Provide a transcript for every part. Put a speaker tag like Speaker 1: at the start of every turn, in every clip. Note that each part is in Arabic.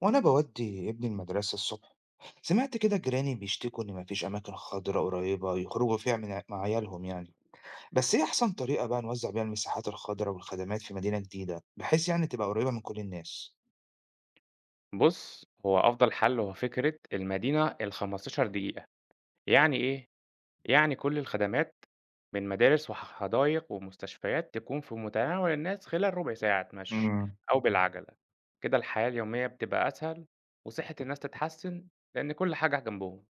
Speaker 1: وأنا بودي ابني المدرسة الصبح. سمعت كده جيراني بيشتكوا إن مفيش أماكن خضراء قريبة يخرجوا فيها مع عيالهم يعني. بس إيه أحسن طريقة بقى نوزع بيها المساحات الخضراء والخدمات في مدينة جديدة بحيث يعني تبقى قريبة من كل الناس؟
Speaker 2: بُص، هو أفضل حل هو فكرة المدينة ال15 دقيقة، يعني إيه؟ يعني كل الخدمات من مدارس وحدايق ومستشفيات تكون في متناول الناس خلال ربع ساعة مشي
Speaker 1: مم.
Speaker 2: أو بالعجلة. كده الحياة اليومية بتبقى أسهل وصحة الناس تتحسن لأن كل حاجة جنبهم.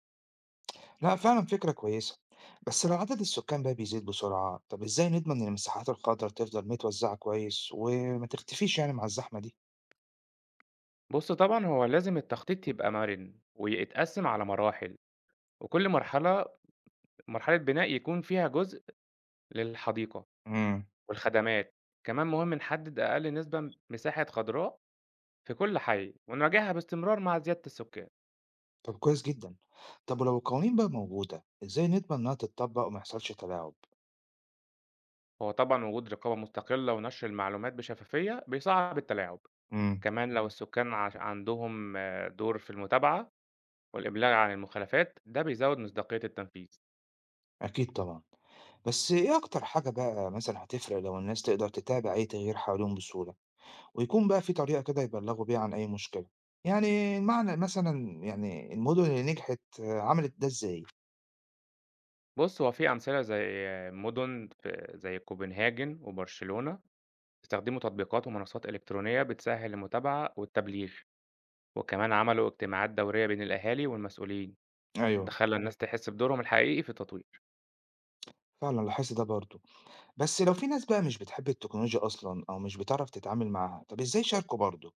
Speaker 1: لا فعلا فكرة كويسة. بس لو عدد السكان بقى بيزيد بسرعة طب إزاي نضمن إن المساحات الخضراء تفضل متوزعة كويس وما تختفيش يعني مع الزحمة دي؟
Speaker 2: بُص طبعًا هو لازم التخطيط يبقى مرن ويتقسم على مراحل، وكل مرحلة بناء يكون فيها جزء للحديقة
Speaker 1: مم.
Speaker 2: والخدمات. كمان مهم نحدد أقل نسبة مساحة خضراء في كل حي ونراجعها باستمرار مع زيادة السكان.
Speaker 1: طب كويس جدا. طب ولو القوانين بقى موجودة إزاي نضمن إنها تتطبق وما يحصلش تلاعب؟
Speaker 2: هو طبعا وجود رقابة مستقلة ونشر المعلومات بشفافية بيصعب التلاعب.
Speaker 1: مم.
Speaker 2: كمان لو السكان عندهم دور في المتابعة والإبلاغ عن المخالفات، ده بيزود مصداقية التنفيذ.
Speaker 1: أكيد طبعًا، بس إيه أكتر حاجة بقى مثلًا هتفرق لو الناس تقدر تتابع أي تغيير حواليهم بسهولة، ويكون بقى في طريقة كده يبلغوا بيها عن أي مشكلة، يعني المعنى مثلًا يعني المدن اللي نجحت آه، عملت ده إزاي؟
Speaker 2: بص هو في أمثلة زي مدن زي كوبنهاجن وبرشلونة، استخدموا تطبيقات ومنصات إلكترونية بتسهل المتابعة والتبليغ، وكمان عملوا اجتماعات دورية بين الأهالي والمسؤولين. ده
Speaker 1: أيوه،
Speaker 2: خلى تمام الناس تحس بدورهم الحقيقي في التطوير.
Speaker 1: فعلًا لاحظت ده برضه. بس لو في ناس بقى مش بتحب التكنولوجيا أصلًا أو مش بتعرف تتعامل معاها، طب إزاي يشاركوا برضه؟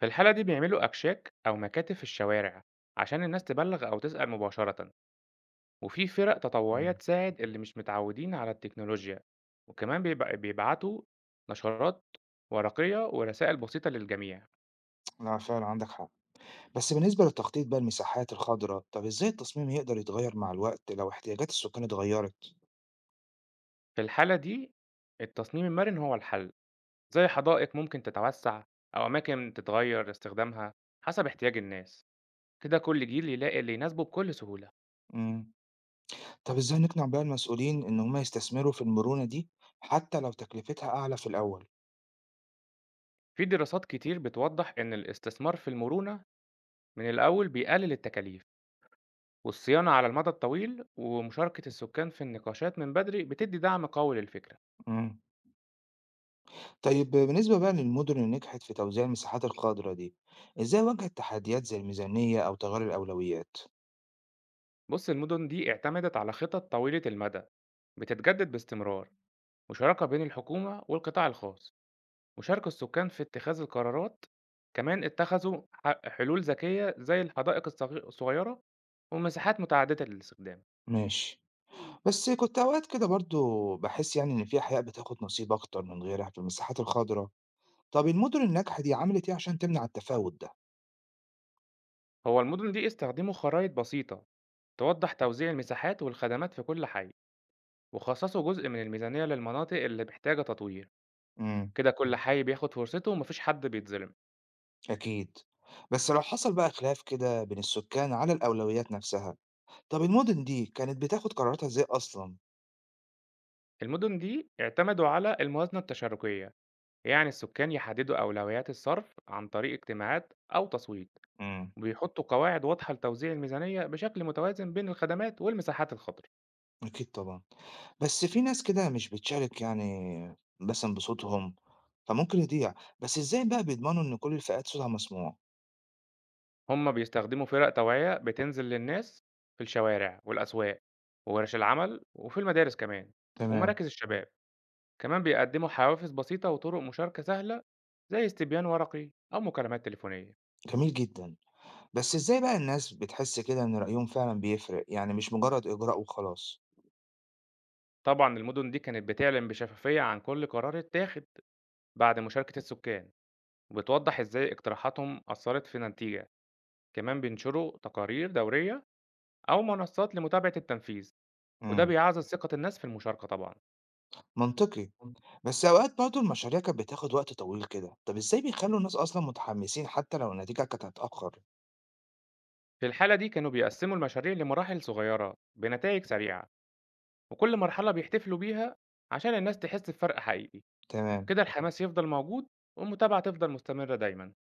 Speaker 2: في الحالة دي بيعملوا أكشاك أو مكاتب في الشوارع عشان الناس تبلغ أو تسأل مباشرة، وفي فرق تطوعية
Speaker 1: إمم.
Speaker 2: تساعد اللي مش متعودين على التكنولوجيا، وكمان بيبعتوا نشرات ورقية ورسائل بسيطة للجميع.
Speaker 1: لأ فعلًا عندك حق، بس بالنسبة للتخطيط بقى المساحات الخضراء، طب إزاي التصميم يقدر يتغير مع الوقت لو احتياجات السكان اتغيرت؟
Speaker 2: في الحالة دي التصميم المرن هو الحل، زي حدائق ممكن تتوسع أو أماكن تتغير استخدامها حسب احتياج الناس. كده كل جيل يلاقي اللي يناسبه بكل سهولة.
Speaker 1: إمم. طب إزاي نقنع بقى المسؤولين إن هم يستثمروا في المرونة دي حتى لو تكلفتها أعلى في الأول؟
Speaker 2: في دراسات كتير بتوضح إن الاستثمار في المرونة من الأول بيقلل التكاليف والصيانة على المدى الطويل، ومشاركة السكان في النقاشات من بدري بتدي دعم قوي للفكرة.
Speaker 1: مم. طيب بالنسبة بقى للمدن اللي نجحت في توزيع المساحات الخضراء دي، إزاي واجهت تحديات زي الميزانية أو تغير الأولويات؟
Speaker 2: بص المدن دي اعتمدت على خطط طويلة المدى بتتجدد باستمرار، وشراكة بين الحكومة والقطاع الخاص، وشارك السكان في اتخاذ القرارات. كمان اتخذوا حلول ذكية زي الحدائق الصغيرة ومساحات متعددة للاستخدام.
Speaker 1: ماشي. بس كنت أوقات كده برضو بحس يعني إن في أحياء بتاخد نصيب أكتر من غيرها في المساحات الخضراء، طب المدن الناجحة دي عملت إيه عشان تمنع التفاوت ده؟
Speaker 2: هو المدن دي استخدموا خرائط بسيطة توضح توزيع المساحات والخدمات في كل حي، وخصصوا جزء من الميزانية للمناطق اللي محتاجة تطوير.
Speaker 1: مم.
Speaker 2: كده كل حي بياخد فرصته ومفيش حد بيتظلم.
Speaker 1: أكيد. بس لو حصل بقى خلاف كده بين السكان على الأولويات نفسها طب المدن دي كانت بتاخد قراراتها إزاي أصلًا؟
Speaker 2: المدن دي اعتمدوا على الموازنة التشاركية، يعني السكان يحددوا أولويات الصرف عن طريق اجتماعات أو تصويت،
Speaker 1: إمم.
Speaker 2: وبيحطوا قواعد واضحة لتوزيع الميزانية بشكل متوازن بين الخدمات والمساحات الخضراء.
Speaker 1: أكيد طبعًا، بس في ناس كده مش بتشارك يعني مثلًا بصوتهم، فممكن يضيع، بس إزاي بقى بيضمنوا إن كل الفئات صوتها مسموع؟
Speaker 2: هم بيستخدموا فرق توعية بتنزل للناس في الشوارع والأسواق وورش العمل وفي المدارس كمان
Speaker 1: تمام.
Speaker 2: ومراكز الشباب. كمان بيقدموا حوافز بسيطة وطرق مشاركة سهلة زي استبيان ورقي أو مكالمات تليفونية.
Speaker 1: جميل جدًا، بس إزاي بقى الناس بتحس كده إن رأيهم فعلًا بيفرق، يعني مش مجرد إجراء وخلاص؟
Speaker 2: طبعًا المدن دي كانت بتعلن بشفافية عن كل قرار اتاخد بعد مشاركة السكان، وبتوضح إزاي اقتراحاتهم أثّرت في النتيجة، كمان بينشروا تقارير دورية أو منصات لمتابعة التنفيذ، وده
Speaker 1: إمم.
Speaker 2: بيعزز ثقة الناس في المشاركة طبعًا.
Speaker 1: منطقي.
Speaker 2: إمم.
Speaker 1: بس أوقات برضه المشاريع كانت بتاخد وقت طويل كده، طب إزاي بيخلّوا الناس أصلًا متحمسين حتى لو النتيجة كانت هتتأخر؟
Speaker 2: في الحالة دي كانوا بيقسموا المشاريع لمراحل صغيرة بنتائج سريعة، وكل مرحلة بيحتفلوا بيها عشان الناس تحس بفرق حقيقي.
Speaker 1: تمام.
Speaker 2: كده الحماس يفضل موجود والمتابعة تفضل مستمرة دايمًا.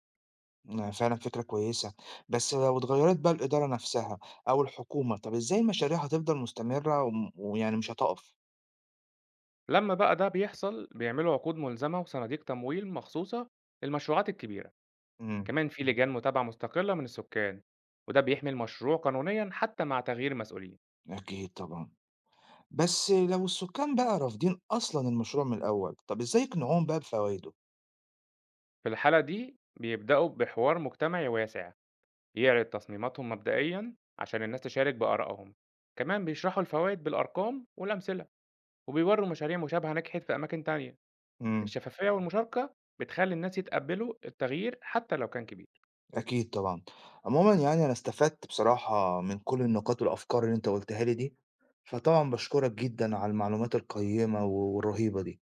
Speaker 1: آه، فعلًا فكرة كويسة، بس لو اتغيّرت بقى الإدارة نفسها أو الحكومة، طَب إزاي المشاريع هتفضل مستمرة ويعني مش هتقف؟
Speaker 2: لما بقى ده بيحصل بيعملوا عقود ملزمة وصناديق تمويل مخصوصة للمشروعات الكبيرة،
Speaker 1: إمم.
Speaker 2: كمان في لجان متابعة مستقلة من السكان، وده بيحمي المشروع قانونيا حتى مع تغيير المسؤولين.
Speaker 1: أكيد طبعًا، بس لو السكان بقى رافضين أصلًا المشروع من الأول، طَب إزاي يقنعوهم بقى بفوايده؟
Speaker 2: في الحالة دي بيبدأوا بحوار مجتمعي واسع يعرض تصميماتهم مبدئيا عشان الناس تشارك بآرائهم، كمان بيشرحوا الفوائد بالأرقام والأمثلة وبيوروا مشاريع مشابهة نجحت في أماكن تانية.
Speaker 1: إمم.
Speaker 2: الشفافية والمشاركة بتخلي الناس يتقبلوا التغيير حتى لو كان كبير.
Speaker 1: أكيد طبعًا، عمومًا يعني أنا استفدت بصراحة من كل النقاط والأفكار اللي أنت قُلتها لي دي، فطبعًا باشكرك جدًا على المعلومات القيّمة والرهيبة دي.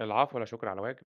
Speaker 2: العفو، لا شكر على واجب.